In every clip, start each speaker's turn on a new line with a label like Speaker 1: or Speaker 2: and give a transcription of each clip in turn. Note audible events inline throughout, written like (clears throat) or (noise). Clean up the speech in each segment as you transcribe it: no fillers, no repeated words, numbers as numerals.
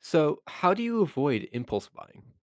Speaker 1: So, how do you avoid impulse buying?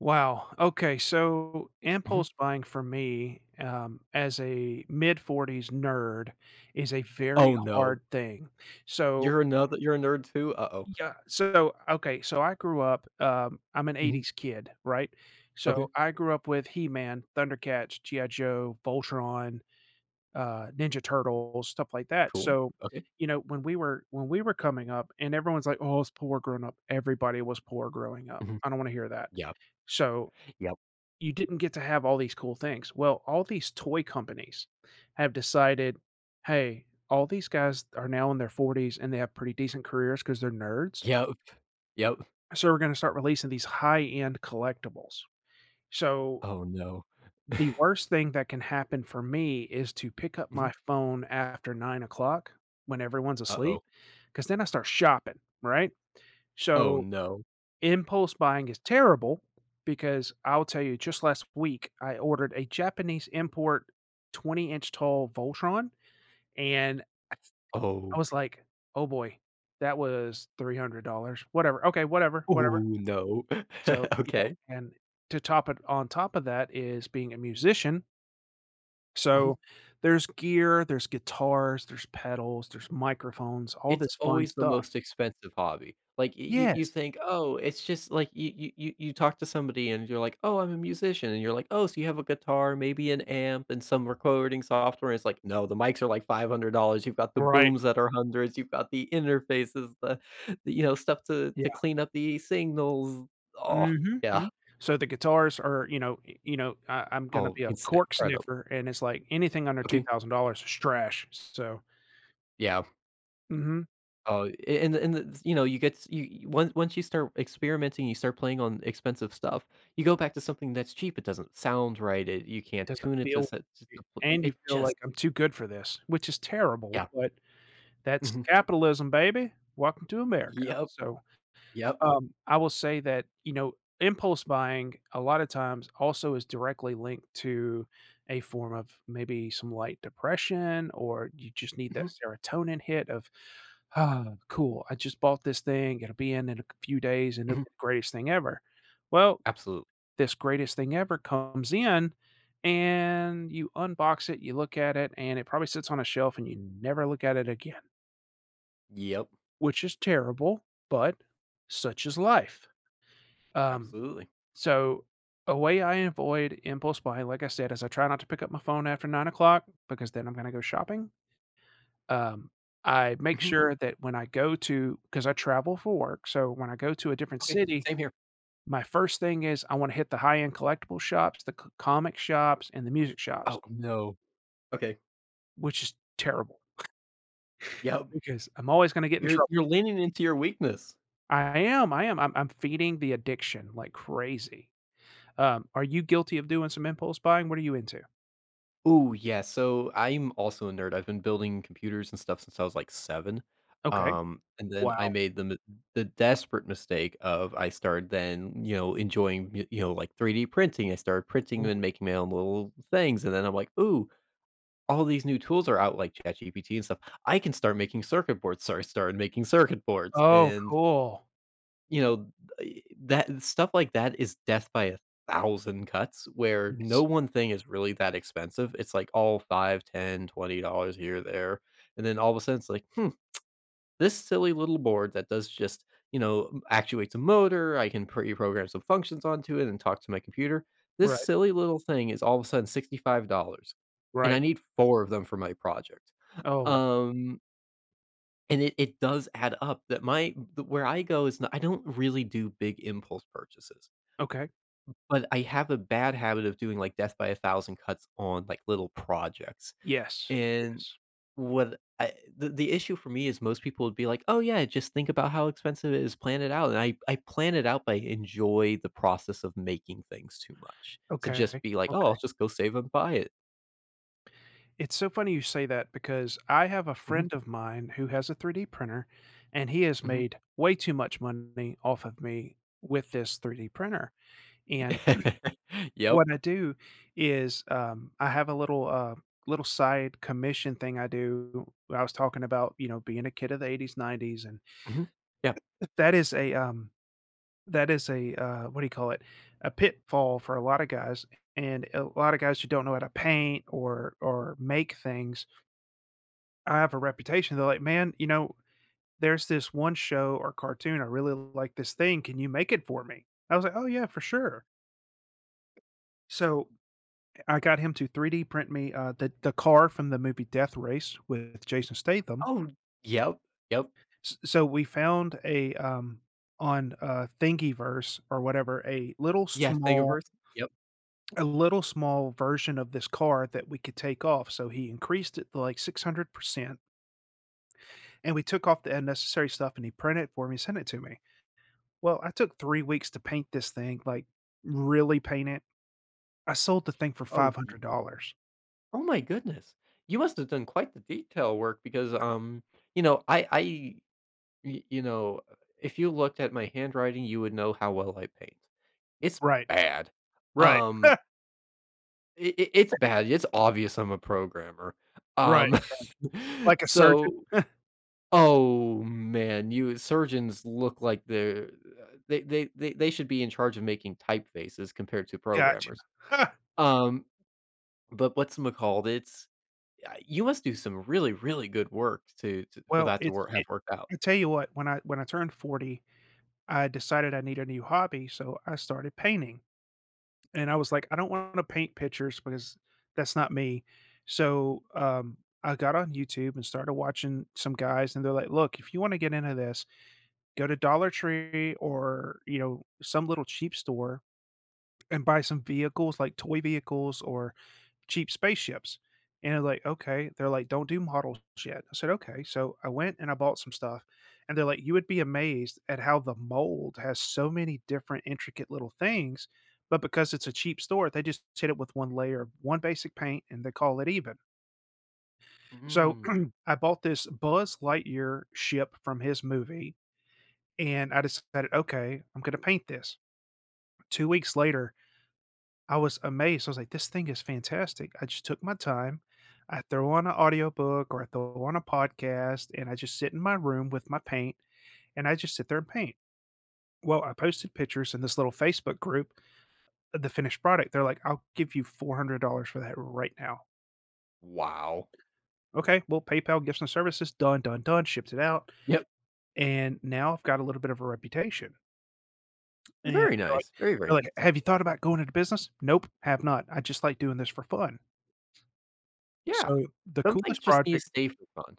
Speaker 2: Wow. Okay. So
Speaker 1: Mhm.
Speaker 2: impulse buying for me, as a mid 40s nerd, is a very
Speaker 1: Oh, no.
Speaker 2: hard thing. So,
Speaker 1: You're a nerd too? Uh-oh.
Speaker 2: yeah. So, okay. So I grew up, I'm an
Speaker 1: Mhm.
Speaker 2: 80s kid, right?
Speaker 1: Okay,
Speaker 2: So I grew up with He Man, Thundercats, G.I. Joe, Voltron, Ninja Turtles, stuff like that.
Speaker 1: cool.
Speaker 2: So,
Speaker 1: Okay.
Speaker 2: you know, when we were coming up and everyone's like, "Oh, it's poor growing up." Everybody was poor growing up.
Speaker 1: Mhm.
Speaker 2: I don't want to hear that.
Speaker 1: Yep.
Speaker 2: So
Speaker 1: Yep.
Speaker 2: you didn't get to have all these cool things. Well, all these toy companies have decided, hey, all these guys are now in their 40s and they have pretty decent careers because they're nerds.
Speaker 1: Yep. Yep.
Speaker 2: So we're going to start releasing these high end collectibles. So
Speaker 1: Oh, no.
Speaker 2: the
Speaker 1: (laughs)
Speaker 2: worst thing that can happen for me is to pick up
Speaker 1: Mhm.
Speaker 2: my phone after 9 o'clock when everyone's
Speaker 1: Uh-oh.
Speaker 2: asleep, because then I start shopping, right?
Speaker 1: Oh, oh
Speaker 2: So
Speaker 1: no.
Speaker 2: impulse buying is terrible because I'll tell you, just last week, I ordered a Japanese import 20-inch tall Voltron, and I I
Speaker 1: Oh.
Speaker 2: was like, "Oh boy, that was $300." Whatever. Okay, whatever,
Speaker 1: Oh
Speaker 2: whatever.
Speaker 1: no.
Speaker 2: So,
Speaker 1: (laughs)
Speaker 2: you know,
Speaker 1: Okay.
Speaker 2: and to top it on top of that is being a musician.
Speaker 1: Mm-hmm.
Speaker 2: So there's gear, there's guitars, there's pedals, there's microphones, all
Speaker 1: It's
Speaker 2: this fun
Speaker 1: always the
Speaker 2: stuff.
Speaker 1: most expensive hobby. Like, y you you
Speaker 2: Yes.
Speaker 1: think, "Oh, it's just" like, you talk to somebody and you're like, "Oh, I'm a musician," and you're like, "Oh, so you have a guitar, maybe an amp, and some recording software," it's like, "No, the mics are like $500, you've got the
Speaker 2: Right.
Speaker 1: booms that are hundreds, you've got the interfaces, the stuff to clean up the signals." Oh,
Speaker 2: Mhm,
Speaker 1: yeah.
Speaker 2: mhm. So the guitars are, you know y you know, I'm gonna
Speaker 1: Oh,
Speaker 2: be a
Speaker 1: it's
Speaker 2: cork
Speaker 1: incredible.
Speaker 2: sniffer, and it's like anything under
Speaker 1: Okay.
Speaker 2: $2,000 is trash, so.
Speaker 1: Yeah.
Speaker 2: Mhm.
Speaker 1: Oh, a and the you know, you get s you you once once you start experimenting, you start playing on expensive stuff, you go back to something that's cheap, it doesn't sound right, it you can't tune
Speaker 2: Doesn't
Speaker 1: it to
Speaker 2: feel,
Speaker 1: set to pl
Speaker 2: and you
Speaker 1: it
Speaker 2: feel
Speaker 1: just
Speaker 2: like I'm too good for this, which is terrible,
Speaker 1: Yeah.
Speaker 2: but that's
Speaker 1: Mhm.
Speaker 2: capitalism, baby. Welcome to America.
Speaker 1: Yep.
Speaker 2: So,
Speaker 1: Yep.
Speaker 2: I will say that, you know, impulse buying a lot of times also is directly linked to a form of maybe some light depression, or you just need that
Speaker 1: Mhm.
Speaker 2: serotonin hit of, "Ah, cool. I just bought this thing. It'll be in a few days, and it'll be
Speaker 1: Mhm.
Speaker 2: the greatest thing ever." Well,
Speaker 1: Absolutely.
Speaker 2: this greatest thing ever comes in, and you unbox it, you look at it, and it probably sits on a shelf, and you never look at it again,
Speaker 1: Yep.
Speaker 2: which is terrible, but such is life. Um,
Speaker 1: Absolutely.
Speaker 2: so a way I avoid impulse buying, like I said, is I try not to pick up my phone after 9 o'clock because then I'm going to go shopping. Um, I make
Speaker 1: Mhm.
Speaker 2: sure that when I go to, because I travel for work, so when I go to a different
Speaker 1: Okay.
Speaker 2: city,
Speaker 1: Same here.
Speaker 2: my first thing is I wanna hit the high-end collectible shops, the c comic shops, and the music
Speaker 1: Oh,
Speaker 2: shops,
Speaker 1: no. Okay.
Speaker 2: which is terrible
Speaker 1: Yep.
Speaker 2: because I'm always gonna get in
Speaker 1: you're
Speaker 2: trouble.
Speaker 1: you're leaning into your weakness.
Speaker 2: I am, I am. I'm feeding the addiction like crazy. Are you guilty of doing some impulse buying? What are you into?
Speaker 1: Oh yeah. So I'm also a nerd. I've been building computers and stuff since I was like seven.
Speaker 2: Okay.
Speaker 1: And then I
Speaker 2: Wow.
Speaker 1: made the desperate mistake of I started then enjoying like 3D printing. I started printing and
Speaker 2: Ooh.
Speaker 1: making my own little things, and then I'm like, ooh, all these new tools are out like ChatGPT and stuff. I can start making circuit boards. So I started making circuit boards,
Speaker 2: Oh,
Speaker 1: and
Speaker 2: cool.
Speaker 1: you know, that stuff like that is death by a thousand cuts where no
Speaker 2: Yes.
Speaker 1: one thing is really that expensive. It's like all five, ten, $20 here, there, and then all of a sudden it's like, "Hmm, this silly little board that does just actuates a motor, I can pre-program some functions onto it and talk to my computer. This
Speaker 2: Right,
Speaker 1: silly little thing is all of a sudden $65, and I
Speaker 2: right.
Speaker 1: need 4 of them for my project."
Speaker 2: Oh,
Speaker 1: Um, and it does add up that my the where I go is not, I don't really do big impulse purchases,
Speaker 2: okay.
Speaker 1: but I have a bad habit of doing, like, death by a thousand cuts on, like, little projects,
Speaker 2: Yes.
Speaker 1: and
Speaker 2: Yes.
Speaker 1: what I the issue for me is most people would be like, "Oh, yeah, just think about how expensive it is, plan it out," and I plan it out, but I enjoy the process of making things too much to just
Speaker 2: Okay.
Speaker 1: be like, "Oh,
Speaker 2: Okay.
Speaker 1: I'll just go save and buy it."
Speaker 2: It's so funny you say that because I have a
Speaker 1: Mhm,
Speaker 2: friend of mine who has a 3D printer, and he has
Speaker 1: mhm.
Speaker 2: made way too much money off of me with this 3D printer. And
Speaker 1: (laughs) Yep.
Speaker 2: what I do is, I have a little side commission thing I do. I was talking about, you know, being a kid of the 80s, 90s, and
Speaker 1: Mhm. Yeah.
Speaker 2: that is a, um, that is a, what do you call it? A pitfall for a lot of guys. And a lot of guys who don't know how to paint or make things. I have a reputation. They're like, "Man, you know, there's this one show or cartoon. I really like this thing. Can you make it for me?" I was like, "Oh yeah, for sure." So I got him to 3D print me the car from the movie Death Race with Jason Statham.
Speaker 1: Oh, yep, yep.
Speaker 2: So we found a on Thingiverse or whatever a little
Speaker 1: Yes,
Speaker 2: small
Speaker 1: Thingiverse. Yep.
Speaker 2: a little small version of this car that we could take off. So he increased it to like 600%, and we took off the unnecessary stuff, and he printed it for me, sent it to me. Well, I took 3 weeks to paint this thing, like, really paint it. I sold the thing for
Speaker 1: Oh, ye
Speaker 2: $500.
Speaker 1: oh my goodness. You must have done quite the detail work because, you know, I y you know, if you looked at my handwriting, you would know how well I paint. It's
Speaker 2: Right,
Speaker 1: bad.
Speaker 2: right,
Speaker 1: Um,
Speaker 2: (laughs)
Speaker 1: I it's bad. It's obvious I'm a programmer.
Speaker 2: right,
Speaker 1: Um, (laughs)
Speaker 2: like a surgeon.
Speaker 1: so oh, man, you surgeons look like they're they should be in charge of making typefaces compared to
Speaker 2: Gotcha.
Speaker 1: programmers.
Speaker 2: (laughs)
Speaker 1: Um, but what's called it's you must do some really, really good work to for
Speaker 2: Well,
Speaker 1: that to
Speaker 2: it's
Speaker 1: work have
Speaker 2: it
Speaker 1: worked out.
Speaker 2: I tell you what, when I turned 40, I decided I need a new hobby, so I started painting, and I was like, "I don't wanna paint pictures because that's not me." So, I got on YouTube and started watching some guys, and they're like, "Look, if you wanna get into this, go to Dollar Tree or, you know, some little cheap store and buy some vehicles, like toy vehicles or cheap spaceships." And I'm like, "Okay." They're like, "Don't do models yet." I said, "Okay." So I went and I bought some stuff, and they're like, "You would be amazed at how the mold has so many different intricate little things, but because it's a cheap store, they just hit it with 1 layer of 1 basic paint and they call it even." So
Speaker 1: Mm.
Speaker 2: (clears throat) I bought this Buzz Lightyear ship from his movie and I decided, "Okay, I'm gonna paint this." 2 weeks later, I was amazed. I was like, "This thing is fantastic." I just took my time. I throw on a audiobook or I throw on a podcast, and I just sit in my room with my paint, and I just sit there and paint. Well, I posted pictures in this little Facebook group of the finished product. They're like, "I'll give you $400 for that right now."
Speaker 1: Wow.
Speaker 2: Okay, well, PayPal, gifts and services, done, done, done, shipped it out,
Speaker 1: Yep.
Speaker 2: and now I've got a little bit of a reputation. And
Speaker 1: Very
Speaker 2: like
Speaker 1: nice. Very, very
Speaker 2: they're
Speaker 1: nice.
Speaker 2: like, "Have you thought about going into business?" "Nope, have not. I just like doing this for fun."
Speaker 1: Yeah.
Speaker 2: So, the
Speaker 1: Some things
Speaker 2: coolest
Speaker 1: just need to
Speaker 2: project
Speaker 1: stay for fun.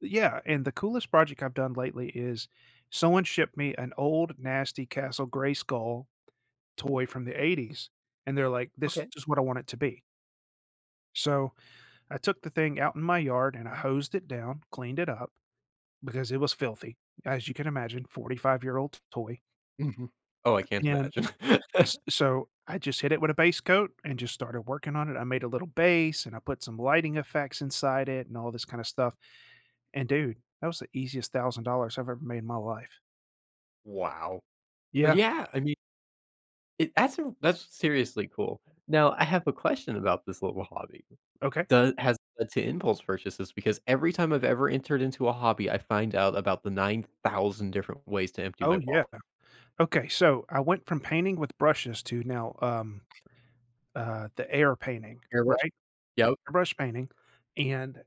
Speaker 2: Yeah, and the coolest project I've done lately is someone shipped me an old nasty Castle Grayskull toy from the '80s, and they're like, "This
Speaker 1: Okay.
Speaker 2: is what I want it to be." So, I took the thing out in my yard and I hosed it down, cleaned it up because it was filthy, as you can imagine, 45-year-old toy,
Speaker 1: Mhm. Oh, I can't
Speaker 2: and
Speaker 1: imagine.
Speaker 2: S
Speaker 1: (laughs)
Speaker 2: so, I just hit it with a base coat and just started working on it. I made a little base and I put some lighting effects inside it and all this kinda stuff, and dude, that was the easiest $1,000 I've ever made in my life.
Speaker 1: Wow. But
Speaker 2: Yeah,
Speaker 1: yeah, I mean, it that's a that's seriously cool. Now I have a question about this little hobby.
Speaker 2: okay.
Speaker 1: Does has it led to impulse purchases? Because every time I've ever entered into a hobby, I find out about the 9,000 different ways to empty
Speaker 2: Oh,
Speaker 1: my
Speaker 2: yeah.
Speaker 1: wallet.
Speaker 2: Okay, so I went from painting with brushes to now, the air painting,
Speaker 1: Airbrush?
Speaker 2: right?
Speaker 1: Yep.
Speaker 2: Airbrush painting, and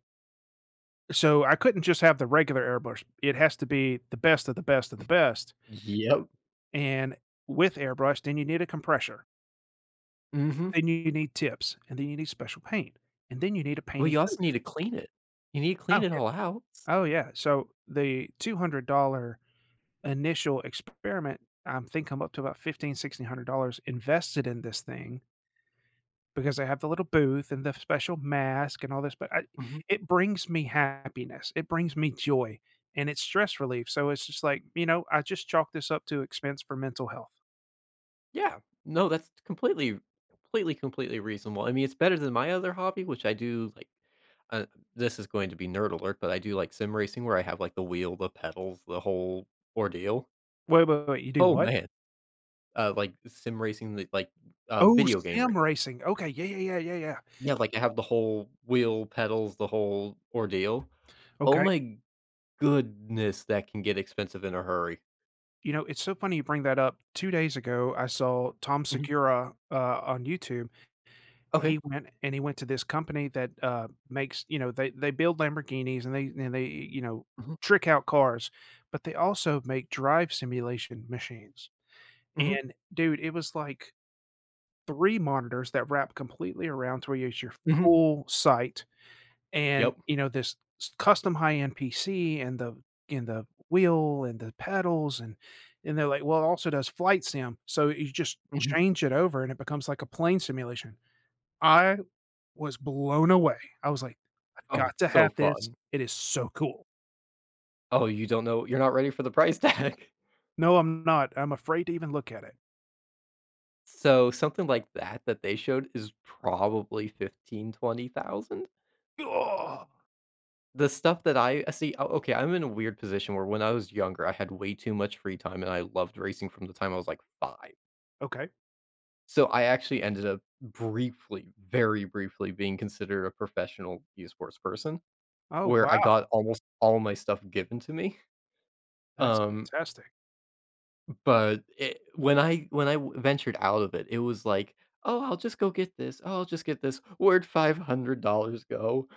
Speaker 2: so I couldn't just have the regular airbrush. It has to be the best of the best of the best,
Speaker 1: Yep.
Speaker 2: and with airbrush, then you need a compressor.
Speaker 1: Mhm.
Speaker 2: Then you need tips, and then you need special paint, and then you need a
Speaker 1: Well,
Speaker 2: painting
Speaker 1: you also need
Speaker 2: booth.
Speaker 1: to clean it. You need to clean
Speaker 2: Oh,
Speaker 1: it
Speaker 2: yeah.
Speaker 1: all out.
Speaker 2: Oh, yeah. So the $200 initial experiment, I think I'm up to about 15, sixteen hundred dollars invested in this thing because I have the little booth and the special mask and all this, but I
Speaker 1: Mhm.
Speaker 2: it brings me happiness. It brings me joy, and it's stress relief. So it's just like, you know, I just chalk this up to expense for mental health.
Speaker 1: Yeah. No, that's completely completely reasonable. I mean, it's better than my other hobby, which I do, like uh, this is going to be nerd alert, but I do like sim racing where I have, like, the wheel, the pedals, the whole ordeal.
Speaker 2: Wait, wait, wait. You do
Speaker 1: Oh,
Speaker 2: what?
Speaker 1: man. Like, sim racing, the like,
Speaker 2: Oh,
Speaker 1: video game
Speaker 2: sim
Speaker 1: racing.
Speaker 2: racing. Okay. Yeah, yeah, yeah, yeah, yeah.
Speaker 1: Yeah, like, I have the whole wheel, pedals, the whole ordeal. Oh
Speaker 2: Okay.
Speaker 1: my goodness, that can get expensive in a hurry.
Speaker 2: You know, it's so funny you bring that up. 2 days ago, I saw Tom
Speaker 1: Mhm.
Speaker 2: Segura, on YouTube.
Speaker 1: Okay.
Speaker 2: He went and he went to this company that, makes, you know, they build Lamborghinis and they, you know,
Speaker 1: Mhm.
Speaker 2: trick out cars, but they also make drive simulation machines.
Speaker 1: Mhm.
Speaker 2: And dude, it was like 3 monitors that wrap completely around to where you use your
Speaker 1: Mhm.
Speaker 2: full sight and,
Speaker 1: Yep.
Speaker 2: you know, this s custom high-end PC and the wheel and the pedals and they're like, "Well, it also does flight sim." So you just
Speaker 1: Mhm.
Speaker 2: change it over and it becomes like a plane simulation. I was blown away. I was like, "I've
Speaker 1: Oh,
Speaker 2: got
Speaker 1: it's
Speaker 2: to
Speaker 1: so
Speaker 2: have this.
Speaker 1: fun.
Speaker 2: It is so cool."
Speaker 1: Oh, you don't know you're not ready for the price tag. (laughs)
Speaker 2: No, I'm not. I'm afraid to even look at it.
Speaker 1: So, something like that that they showed is probably 15, 20,000.
Speaker 2: Oh,
Speaker 1: The stuff that I see, oh, okay, I'm in a weird position where when I was younger, I had way too much free time and I loved racing from the time I was like 5.
Speaker 2: okay.
Speaker 1: So, I actually ended up briefly, very briefly being considered a professional esports person
Speaker 2: Oh,
Speaker 1: where I got
Speaker 2: wow.
Speaker 1: almost all my stuff given to me.
Speaker 2: That's
Speaker 1: Um
Speaker 2: fantastic.
Speaker 1: But it when I w ventured out of it, it was like, "Oh, I'll just go get this. Oh, I'll just get this. Where'd $500 go?"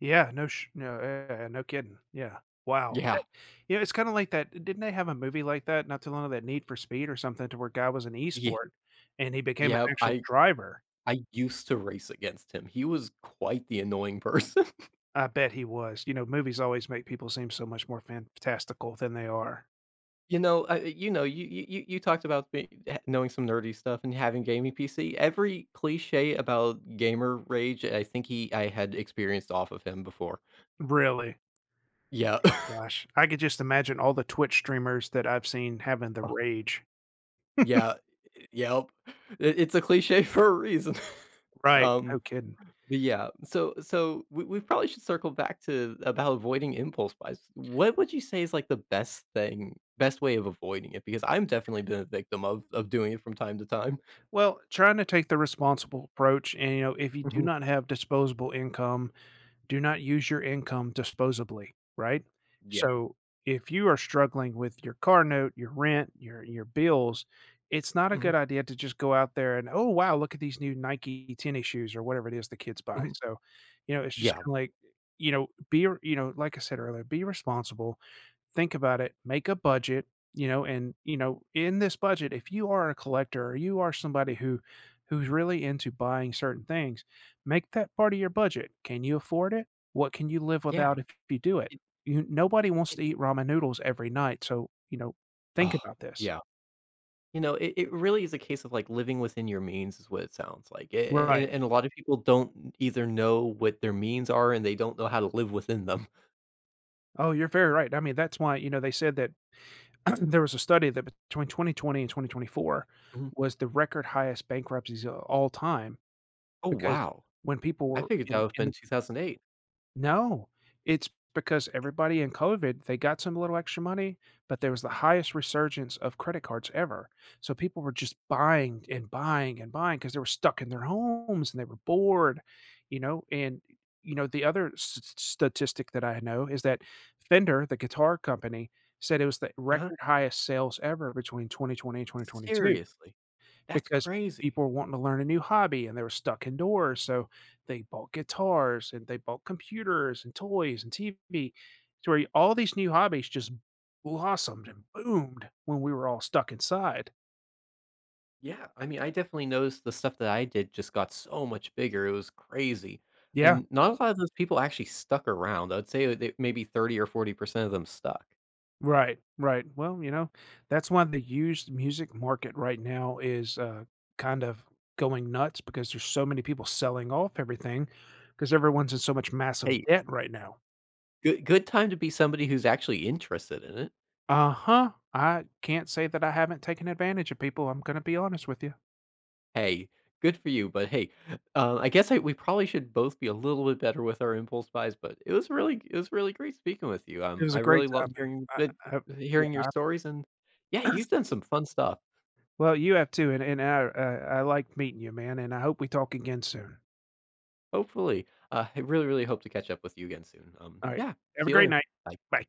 Speaker 2: Yeah, no, yeah, no kidding, yeah. Wow,
Speaker 1: Yeah.
Speaker 2: that you know, it's kinda like that didn't they have a movie like that not too long ago, that Need for Speed or something to where guy was an
Speaker 1: Yeah,
Speaker 2: e-sport and he became an
Speaker 1: yeah.
Speaker 2: actual
Speaker 1: I
Speaker 2: driver?
Speaker 1: I used to race against him. He was quite the annoying person. (laughs)
Speaker 2: I bet he was, you know, movies always make people seem so much more fantastical than they are.
Speaker 1: You know, you talked about be ha knowing some nerdy stuff and having gaming PC. Every cliche about gamer rage, I think he I had experienced off of him before.
Speaker 2: Really?
Speaker 1: Yeah.
Speaker 2: Oh
Speaker 1: (laughs)
Speaker 2: gosh, I could just imagine all the Twitch streamers that I've seen having the rage.
Speaker 1: Yeah, yep. It's a cliche (laughs) for a reason. (laughs)
Speaker 2: Right,
Speaker 1: Um,
Speaker 2: no kidding.
Speaker 1: but yeah, so we probably should circle back to about avoiding impulse buys. What would you say is, like, the best thing best way of avoiding it? Because I'm definitely been a victim of doing it from time to time.
Speaker 2: Well, trying to take the responsible approach and, you know, if you do
Speaker 1: Mhm.
Speaker 2: not have disposable income, do not use your income disposably, right?
Speaker 1: Yeah.
Speaker 2: So if you are struggling with your car note, your rent, your bills, it's not a
Speaker 1: Mhm,
Speaker 2: good idea to just go out there and, "Oh, wow, look at these new Nike tennis shoes," or whatever it is the kids buy.
Speaker 1: mhm.
Speaker 2: So, you know, it's just
Speaker 1: Yeah,
Speaker 2: kinda like, you know, be you know, like I said earlier, be responsible. Think about it, make a budget, you know, and you know, in this budget, if you are a collector or you are somebody who's really into buying certain things, make that part of your budget. Can you afford it? What can you live
Speaker 1: yeah.
Speaker 2: without if you do it?
Speaker 1: It
Speaker 2: You Nobody wants
Speaker 1: it
Speaker 2: to eat ramen noodles every night, so, you know, think
Speaker 1: oh,
Speaker 2: about this.
Speaker 1: yeah. You know, it really is a case of, like, living within your means is what it sounds like, a
Speaker 2: Right.
Speaker 1: and a lot of people don't either know what their means are, and they don't know how to live within them.
Speaker 2: Oh, you're very right. I mean, that's why, you know, they said that (clears throat) there was a study that between 2020 and 2024
Speaker 1: Mhm.
Speaker 2: was the record highest bankruptcies of all time
Speaker 1: Oh,
Speaker 2: because
Speaker 1: wow.
Speaker 2: when people
Speaker 1: I
Speaker 2: were
Speaker 1: figured that
Speaker 2: in
Speaker 1: would've
Speaker 2: in
Speaker 1: been
Speaker 2: the.
Speaker 1: 2008.
Speaker 2: No, it's because everybody in COVID, they got some little extra money, but there was the highest resurgence of credit cards ever. So people were just buying and buying and buying because they were stuck in their homes and they were bored, you know. And you know, the other statistic that I know is that Fender, the guitar company, said it was the
Speaker 1: Uh-huh.
Speaker 2: record highest sales ever between 2020 and 2022.
Speaker 1: Seriously. That's
Speaker 2: Because
Speaker 1: crazy.
Speaker 2: people were wanting to learn a new hobby and they were stuck indoors, so they bought guitars and they bought computers and toys and TV. So where all these new hobbies just blossomed and boomed when we were all stuck inside.
Speaker 1: Yeah, I mean, I definitely noticed the stuff that I did just got so much bigger, it was crazy,
Speaker 2: Yeah,
Speaker 1: and not a lot of those people actually stuck around. I'd say that maybe 30 or 40% of them stuck.
Speaker 2: right, right. Well, you know, that's why the used music market right now is, kind of going nuts because there's so many people selling off everything because everyone's in so much massive
Speaker 1: Hey,
Speaker 2: debt right now.
Speaker 1: good time to be somebody who's actually interested in it.
Speaker 2: Uh-huh. I can't say that I haven't taken advantage of people, I'm gonna be honest with you.
Speaker 1: Hey, good for you, but hey, I guess I we probably should both be a little bit better with our impulse buys, but it was really great speaking with you.
Speaker 2: It was
Speaker 1: I
Speaker 2: a great
Speaker 1: really loved
Speaker 2: time, I
Speaker 1: hearing your stories, and yeah,
Speaker 2: yeah.
Speaker 1: you've
Speaker 2: (clears throat)
Speaker 1: done some fun stuff.
Speaker 2: Well, you have too, and and I like meeting you, man, and I hope we talk again soon.
Speaker 1: Hopefully, I really really hope to catch up with you again soon. Um,
Speaker 2: Alright.
Speaker 1: yeah,
Speaker 2: Have
Speaker 1: see
Speaker 2: a
Speaker 1: you
Speaker 2: great
Speaker 1: later.
Speaker 2: night.
Speaker 1: Bye.
Speaker 2: Bye.